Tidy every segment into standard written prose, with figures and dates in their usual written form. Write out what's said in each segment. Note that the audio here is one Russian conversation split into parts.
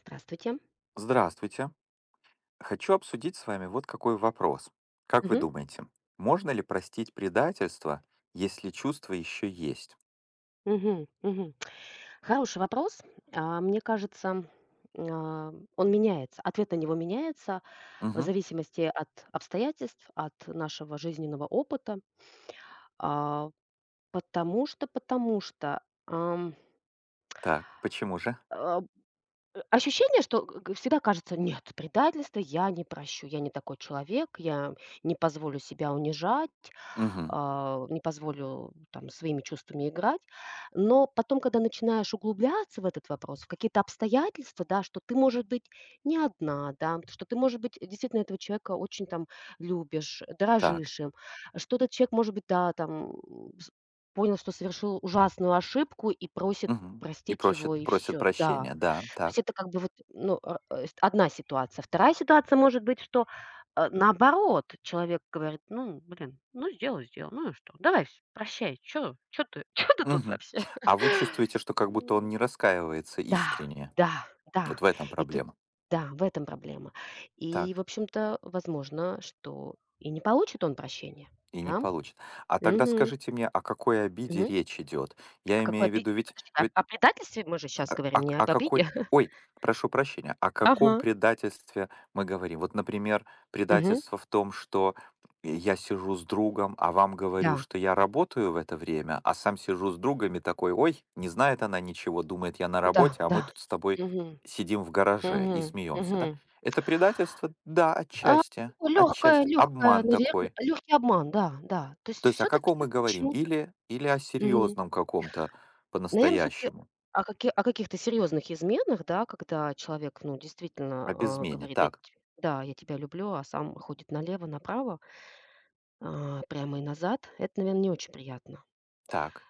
Здравствуйте. Здравствуйте. Хочу обсудить с вами вот какой вопрос. Как вы Мгм. думаете, можно ли простить предательство, если чувства еще есть? Мгм. Мгм. Хороший вопрос. Мне кажется, он меняется. Ответ на него меняется в Мгм. зависимости от обстоятельств, от нашего жизненного опыта. А, потому что, ам, Так, почему же? а, э, Ощущение, что г г всегда кажется: "Нет, предательства я не прощу, я не такой человек, я не позволю себя унижать". Мгм. А, не позволю там своими чувствами играть. Но потом, когда начинаешь углубляться в этот вопрос, в какие-то обстоятельства, да, что ты, может быть, не одна, да, что ты, может быть, действительно этого человека очень там любишь, Так. дорожишь им, что этот человек, может быть, да, там с- понял, что совершил ужасную ошибку и просит Мгм. И простить просят, его, и просят все, да. прощения, да, То есть так. это как бы вот, ну, а, э, с одна ситуация. Вторая ситуация может быть, что, наоборот, человек говорит: "Ну, блин, ну сделал, сделал, ну и что? Давай вс прощай, что чё ты чё ты тут Мгм. вообще?" А вы чувствуете, что как будто М, он не раскаивается да, искренне? да, да. Вот в этом И тут проблема. да, в этом проблема. И, в Так, общем-то, возможно, что и не получит он прощения, и не да? получит. А тогда Мгм, скажите мне, о какой обиде мгм. речь идет? О Я какой имею в обид виду, ведь, Подожди, о ведь о предательстве мы же сейчас А говорим, а не к об а какой обиде? ой, прошу прощения, о каком Ага. предательстве мы говорим? Вот, например, Мгм. предательство в том, что я сижу с другом, а вам говорю, Да. что я работаю в это время, а сам сижу с другом и такой: «Ой, не знает она ничего, думает, я на Да, работе, а мы да. тут с тобой Мгм. сидим в гараже и Мгм. смеемся», да? Мгм. Это предательство? Да, А, отчасти, отчасти. Обман Наверно, такой. лёгкий обман, да, да. То есть То есть о все каком таки мы говорим? почему-то Или о серьезном каком-то наверное, все таки по-настоящему, о каких-то серьезных изменах, да, когда человек, ну, об действительно, измене. говорит: "Я те Так, Да, я тебя люблю", а сам ходит налево, направо, прямо и назад. Это, наверное, не очень приятно. так.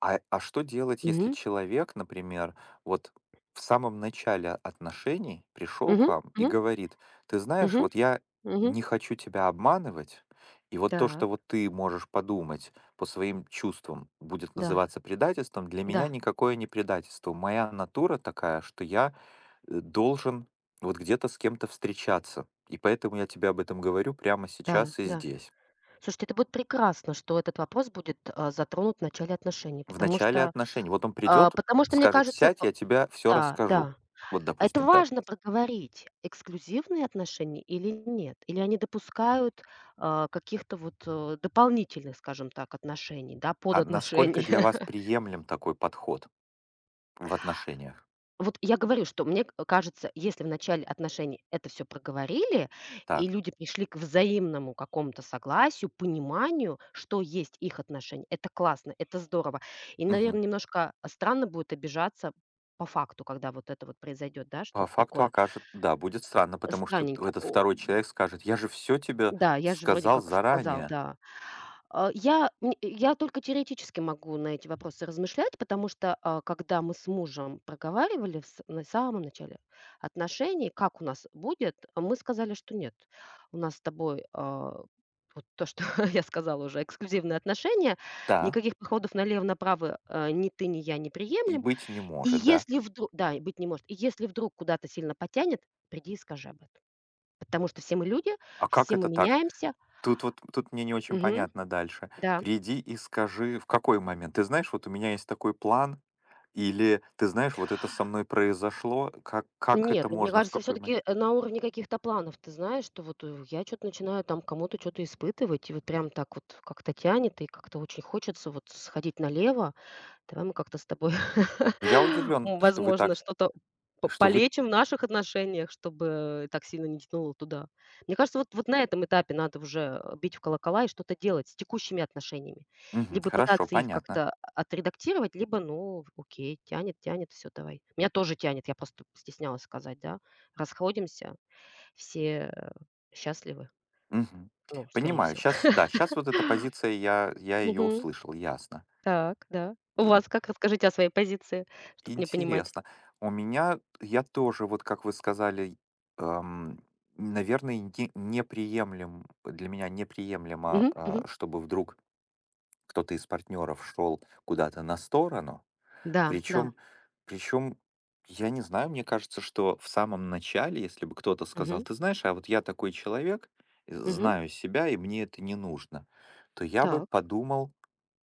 А, что делать, если Мгм. человек, например, вот в самом начале отношений пришел к Мгм. вам и Мгм. говорит: ты знаешь, Мгм. вот я Мгм. не хочу тебя обманывать, и вот то, что Так. вот ты можешь подумать по своим чувствам, будет Да. называться предательством, для меня Да. никакое не предательство. Моя натура такая, что я должен вот где-то с кем-то встречаться. И поэтому я тебе об этом говорю прямо Да. сейчас и Да. здесь. Слушайте, это будет прекрасно, что этот вопрос будет, затронут в начале отношений, В потому начале что, отношений. Вот он придет, потому что, мне скажет: кажется, «Сядь, я тебя все да, расскажу». да, Вот, это допустим, так. важно проговорить, эксклюзивные отношения или нет, или они допускают, каких-то вот, дополнительных, скажем так, отношений, да, А насколько подотношений. для вас приемлем такой подход в отношениях? Вот я говорю, что мне к кажется, если в начале отношений это все проговорили, и Так. люди пришли к взаимному какому-то согласию, пониманию, что есть их отношения, это классно, это здорово. И, Мгм. наверное, немножко странно будет обижаться по факту, когда вот это вот произойдет, да, По что-то факту такое окажет, да, будет странно, потому что т странненько. этот второй человек скажет: «Я же все тебе Да, я же вроде сказал как сказал, заранее». да. Я только теоретически могу на эти вопросы размышлять, потому что, когда мы с мужем проговаривали в с на самом начале отношений, как у нас будет, а мы сказали, что нет, у нас с тобой, вот то, что я сказала уже, эксклюзивные отношения, Да, никаких походов налево-направо, ни ты, ни я не и приемлем. быть не И может, да. если вдруг, да, и быть не может. И если вдруг куда-то сильно потянет, приди и скажи об этом. Потому что все мы люди, А как все мы это так? меняемся. Тут мне не очень Мгм. понятно дальше. Да. Приди и скажи, в какой момент. Ты знаешь, вот у меня есть такой план, или ты знаешь, вот это со мной произошло, как Нет, это ну, мне можно, в кажется, все какой момент. таки на уровне каких-то планов, ты знаешь, что вот, я что то начинаю там кому-то что то испытывать, и вот прям так вот как-то тянет, и как-то очень хочется вот сходить налево. Давай мы как-то с тобой, Ну, я удивлен, что вы возможно, так, что-то по что вы... полечим в наших отношениях, чтобы так сильно не тянуло туда. Мне кажется, вот вот на этом этапе надо уже, бить в колокола и что-то делать с текущими отношениями. Мгм, Либо хорошо, пытаться их понятно. как-то отредактировать, либо, ну, окей, тянет, тянет, все, давай. Меня тоже тянет, я просто стеснялась сказать, да. Расходимся, все, счастливы, Мгм. ну, скорее Понимаю. всего. Сейчас, да, сейчас вот эта позиция, я ее Мгм. услышал, ясно. Так, да. У вас как? Расскажите о своей позиции, чтобы мне понимать. Интересно. У меня, я тоже, вот как вы сказали, эм, наверное, неприемлем, для меня неприемлемо, Мгм, мгм. Чтобы вдруг кто-то из партнеров шел куда-то на сторону. Да, да. Причем, причем, я не знаю, мне кажется, что в самом начале, если бы кто-то сказал: Мгм, ты знаешь, а вот я такой человек, мгм. знаю себя, и мне это не нужно, то я бы Так. подумал.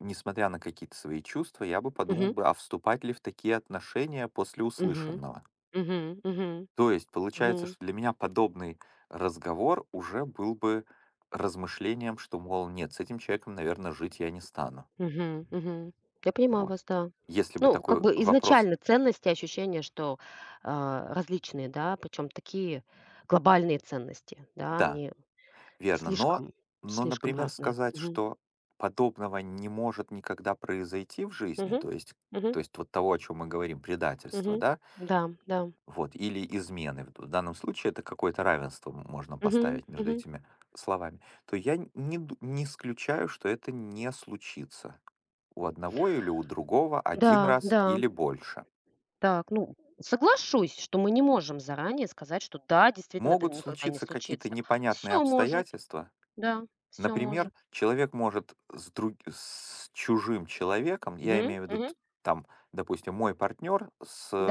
Несмотря на какие-то свои чувства, я бы подумал Мгм, бы, а вступать ли в такие отношения после мгм, услышанного. мгм, мгм, То есть получается, мгм, что для меня подобный разговор уже был бы размышлением, что, мол, нет, с этим человеком, наверное, жить я не стану. мгм, мгм. Я понимаю Вот. вас, да. Если бы Ну, как такой бы вопрос... изначально ценности, ощущение, что, различные, да, причем такие глобальные ценности, да, Да, они верно. Но, слишком но, слишком например, разные. сказать, Мгм, что подобного не может никогда произойти в жизни, мгм, мгм, то есть вот того, о чем мы говорим, предательство, мгм. да. Да, да. Вот, или измены. В данном случае это какое-то равенство можно Мгм, поставить между мгм. этими словами. То я не исключаю, что это не случится у одного или у другого один Да, раз да. или больше. Так, ну, соглашусь, что мы не можем заранее сказать, что да, действительно, это Могут никогда не случиться какие-то случится. непонятные Все может, обстоятельства. да, все Например, может. человек может с чужим человеком, я Мгм, имею в виду, т мгм. там, допустим, мой партнер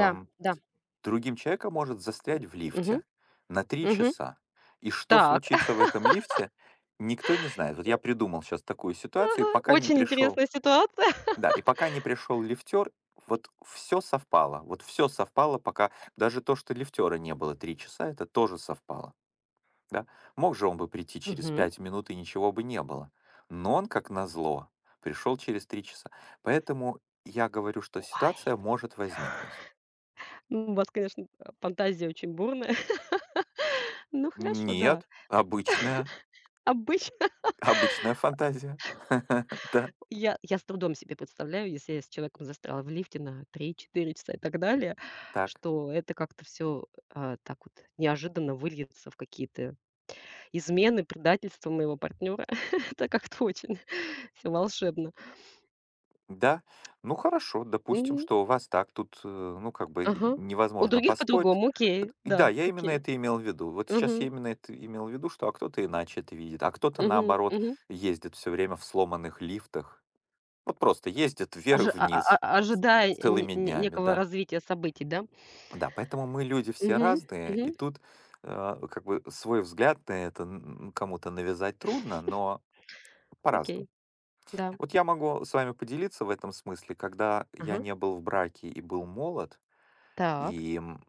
Да, да. другим человеком может застрять в Мгм, лифте на три мгм. часа. И что Так. случится в этом лифте, никто не знает. Вот я придумал сейчас такую ситуацию, и Ага. пока не Очень пришел, интересная ситуация. да, и пока не пришел лифтер, вот все совпало, пока даже то, что лифтера не было 3 часа, это тоже совпало. Да? Мог же он бы прийти через Мгм. 5 минут, и ничего бы не было. Но он, как назло, пришел через 3 часа. Поэтому я говорю, что Ой. ситуация может возникнуть. Ну, у вас, конечно, фантазия очень бурная. Ну, хорошо, да. Нет, обычная. Обычно. Обычная фантазия. Да, Я с трудом себе представляю, если я с человеком застряла в лифте на 3-4 часа и так далее, так, что это как-то все так вот неожиданно выльется в какие-то измены, предательства моего партнера. Это как-то очень все волшебно. да. Ну хорошо, допустим, Мгм. что у вас так, тут, ну, как бы и Ага. У невозможно других поспорить. по-другому, Э, окей, и да, да, я именно окей. это имел в виду. Вот сейчас я Мгм, именно это имел в виду, что а кто-то иначе это видит, а кто-то, мгм, наоборот, мгм. ездит все время в сломанных лифтах. Вот просто ездит Ожи вверх-вниз а ожидая не целыми не днями, некого да. развития событий, да? Да, поэтому мы люди все Мгм, разные, мгм, и тут, как бы свой взгляд на это н кому-то навязать трудно, но по-разному. окей, да. Вот я могу с вами поделиться в этом смысле. Когда я Ага. не был в браке и был молод, Так, и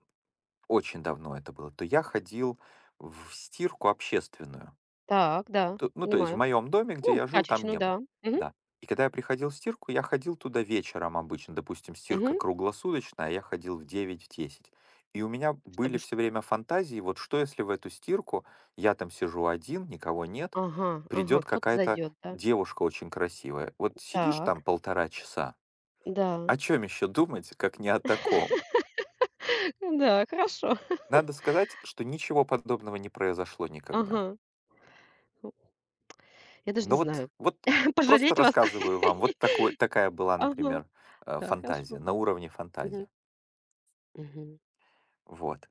очень давно это было, то я ходил в стирку общественную. так, да, То ну, то есть в понимаю. моем доме, где Ну, я жил, там прачечную, не было. да. Мгм, Да. И когда я приходил в стирку, я ходил туда вечером обычно. Допустим, стирка мгм. круглосуточная, а я ходил в девять, в 10. И у меня были Чтобы ш все время фантазии, вот: что если в эту стирку, я там сижу один, никого нет, Ага, ага, придет кто-то какая-то зайдет, да. девушка очень красивая. Вот сидишь там Так, полтора часа, да. о чем еще думать, как не о таком? Да, хорошо. Надо сказать, что ничего подобного не произошло никогда. Ага. Ну, я даже не Ну вот, знаю, вот просто пожалеть вас. рассказываю вам, вот такая была, Ага, например, да, фантазия, хорошо. на уровне Мгм, фантазии. мгм. Вот.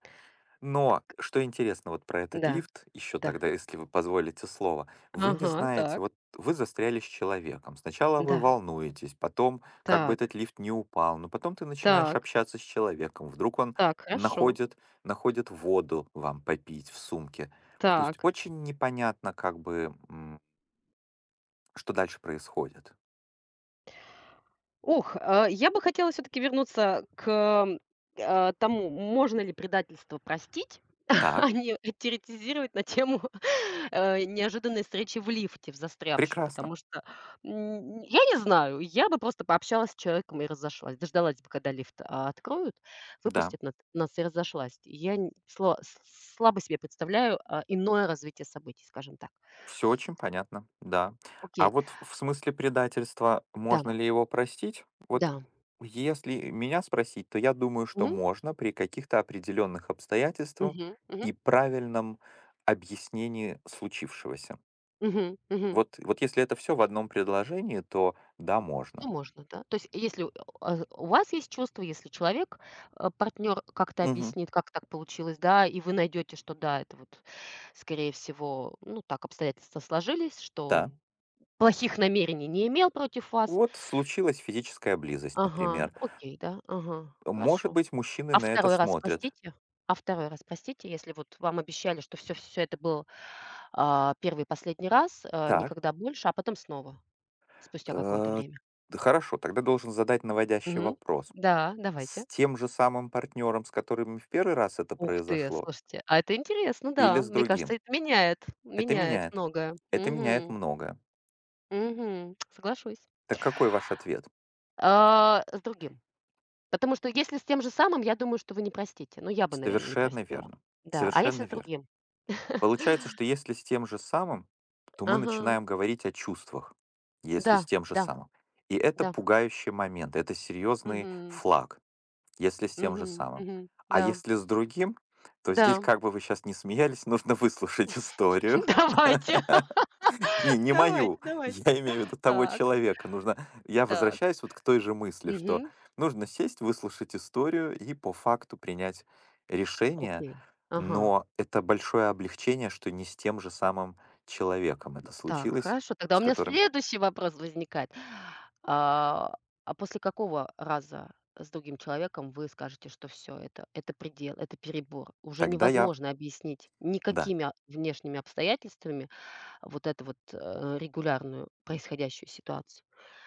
Но что интересно вот про этот Да, лифт, еще да. тогда, если вы позволите слово: вы не Ага, знаете, так. вот вы застряли с человеком. Сначала вы Да, волнуетесь, потом, как бы так, этот лифт не упал, но потом ты начинаешь так, общаться с человеком, вдруг он так, хорошо. находит, находит воду вам попить в сумке. То есть Так. очень непонятно, как бы, что дальше происходит. Ох, я бы хотела все таки вернуться к, тому, можно ли предательство простить, а Так, не теоретизировать на тему, неожиданной встречи в лифте в застрявшем. прекрасно. Потому что, я не знаю, я бы просто пообщалась с человеком и разошлась. Дождалась бы, когда лифт, откроют, Да, выпустят нат нас и разошлась. Я н сло с слабо себе представляю, иное развитие событий, скажем так. все очень понятно, да. А Окей, вот в смысле предательства, да, можно ли его простить? Вот да. если меня спросить, то я думаю, что Мгм, можно при каких-то определенных обстоятельствах мгм, мгм, и правильном объяснении случившегося. мгм, мгм. Вот, если это все в одном предложении, то да, Ну, можно. можно, да. То есть, если у вас есть чувство, если человек, партнер как-то Мгм. объяснит, как так получилось, да, и вы найдете, что да, это вот, скорее всего, ну, так обстоятельства сложились, что Да. он плохих намерений не имел против вас. Вот случилась физическая близость, Ага, например. окей, да, ага, Может хорошо. быть, мужчины А на это второй раз смотрят. простите? А второй раз простите, если вот вам обещали, что все это был, 1 и последний раз, Так, никогда больше, а потом снова, спустя какое-то э, время? хорошо, тогда должен задать наводящий Мгм. вопрос. Да, давайте. С тем же самым партнером, с которым в первый раз это Ух ты, произошло, слушайте, а это интересно, да. или с Мне кажется, другим? это меняет Это меняет меняет. многое. Это меняет Мгм, многое. мгм, соглашусь. Так какой ваш ответ? С другим. Потому что если с тем же самым, я думаю, что вы не простите. Ну, я бы, наверное, не Совершенно простила. верно. Да, а Совершенно если с верно. другим? Получается, что если с тем же самым, то мы Ага, начинаем говорить о чувствах, если с да, тем же да, самым. И это да. пугающий момент, это серьезный Мгм, флаг, если с тем же мгм, самым. мгм. А Да, если с другим, то здесь, да. как бы вы сейчас не смеялись, нужно выслушать историю. Давайте, Не, не давайте, мою. давайте. Я имею в виду того Так, человека. Нужно... Я так. возвращаюсь вот к той же мысли, что Мгм. нужно сесть, выслушать историю и по факту принять решение, Окей. Ага. но это большое облегчение, что не с тем же самым человеком это Так, случилось, хорошо. Тогда у с меня которым... следующий вопрос возникает. А, После какого раза с другим человеком вы скажете, что все это предел, это перебор? Уже Тогда я... невозможно объяснить Да. никакими внешними обстоятельствами вот эту вот, регулярную происходящую ситуацию.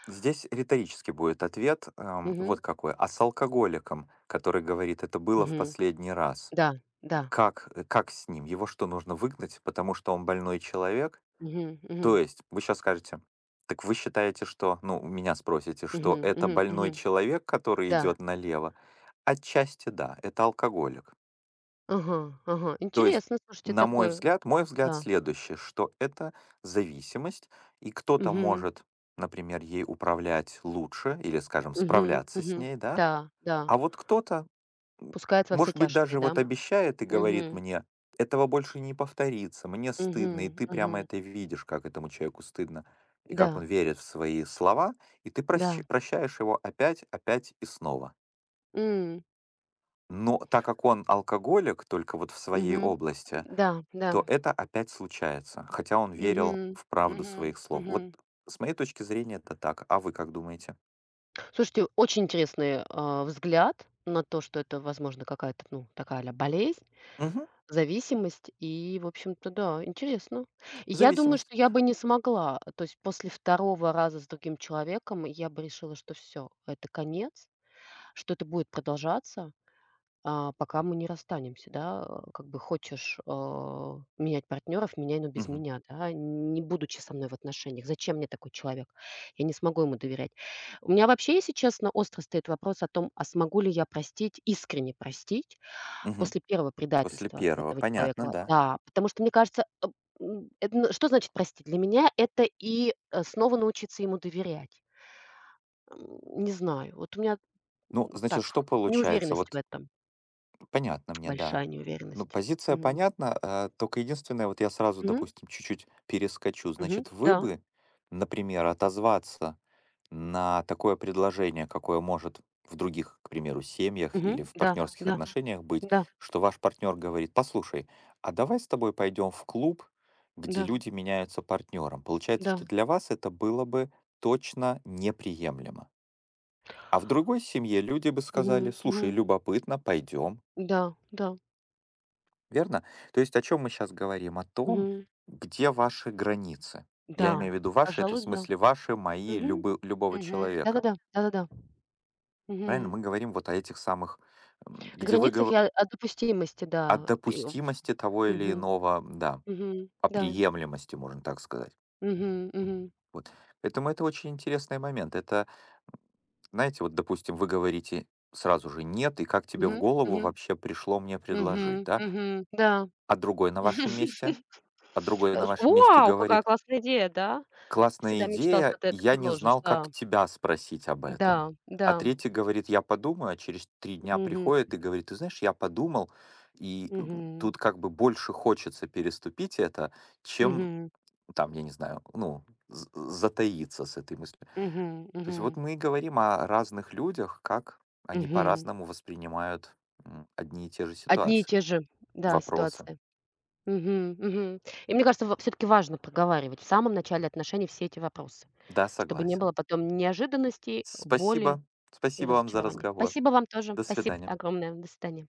Здесь риторически будет ответ, Мгм, вот какой. А с алкоголиком, который говорит, это было в мгм. последний раз, Да, да. как с ним? Его что, нужно выгнать, потому что он больной человек? Мгм, То мгм, есть вы сейчас скажете: «Так вы считаете, что...», ну, у меня спросите, мгм, что это мгм, больной мгм. человек, который Да. идет налево? Отчасти да, это алкоголик. Ага, ага. То есть, Интересно, слушайте, на такое. Мой взгляд Да. следующий, что это зависимость, и кто-то Мгм, может, например, ей управлять лучше или, скажем, мгм, справляться с мгм. ней, да, Да, да. а вот кто-то, М, Пускает во все может быть, тяжкие, даже да? вот обещает и говорит Мгм. мне: «Этого больше не повторится, мне Мгм. стыдно». И ты Мгм. прямо это видишь, как этому человеку стыдно, и как Да, он верит в свои слова, и ты да. Прощаешь его опять, опять и снова. М. Но так как он алкоголик, только вот в своей Мгм. области, Да, да. то это опять случается, хотя он верил Мгм. в правду Мгм. своих слов. Вот Мгм. с моей точки зрения это так. А вы как думаете? Слушайте, очень интересный, взгляд на то, что это, возможно, какая-то, ну, такая а-ля болезнь, Мгм. зависимость. И, в общем-то, да, интересно. Я думаю, Зависимость. что я бы не смогла. То есть после второго раза с другим человеком я бы решила, что все, это конец, что это будет продолжаться. А, пока мы не расстанемся, да, как бы хочешь, менять партнеров, меняй, но без Мгм. меня, да, не будучи со мной в отношениях. Зачем мне такой человек? Я не смогу ему доверять. У меня вообще, если честно, остро стоит вопрос о том, а смогу ли я простить, искренне простить Мгм. после первого После предательства первого этого Понятно, человека. да. Да, потому что, мне кажется, это что значит простить? Для меня это и снова научиться ему доверять. Не знаю, вот у меня Ну, так, значит, что получается? неуверенность в Вот. этом. Понятно мне, да. Большая Ну, неуверенность. позиция Мгм. понятна, только единственное, вот я сразу, Мгм. допустим, чуть-чуть перескочу. Мгм. Значит, вы Да. бы, например, отозваться на такое предложение, какое может в других, к примеру, семьях Мгм. или в Да. партнерских Да. отношениях быть, Да. что ваш партнер говорит: послушай, а давай с тобой пойдем в клуб, где Да. люди меняются партнером. Получается, Да. что для вас это было бы точно неприемлемо. А в другой семье люди бы сказали: Мгм. слушай, Мгм. любопытно, пойдем. Да. Да. Верно? То есть о чем мы сейчас говорим? О том, Мгм. где ваши границы. Я Да. имею в виду ваши, это в Пожалуй, да. смысле ваши, мои, Мгм. любого Мгм. человека. Да-да-да. Да-да-да. Правильно? Мгм. Мы говорим вот о этих самых, В где вы границах говорите я о допустимости, о да. Пе в допустимости того или Мгм. иного, да, Мгм. о Да. приемлемости, можно так сказать. Мгм. Мгм. Вот. Поэтому это очень интересный момент. Это, м, знаете, вот, допустим, вы говорите сразу же «нет», и как тебе в Мгм. голову Мгм. вообще пришло мне предложить, Мгм. да? Мгм. Да. А другой на вашем месте, а другой Э, на ж вашем месте Вау, какая говорит: классная идея, да? «Классная Всегда мечтал, что идея, ты это я не предложишь. знал, Да. как тебя спросить об этом». Да. Да. А третий говорит: я подумаю, а через три дня Мгм, приходит и говорит: ты знаешь, я подумал, и мгм, тут как бы больше хочется переступить это, чем мгм, там, я не знаю, ну, затаиться с этой мыслью. мгм, То есть мгм, вот мы и говорим о разных людях, как они мгм. по-разному воспринимают одни и те же Одни и ситуации, те же, да, вопросы. ситуации. Мгм, мгм. И мне кажется, все таки важно проговаривать в самом начале отношений все эти вопросы, Да, чтобы не было согласен. потом неожиданностей, боли Спасибо. и Спасибо вам за разочарования. разговор. Спасибо вам тоже. До Спасибо свидания. огромное. До свидания.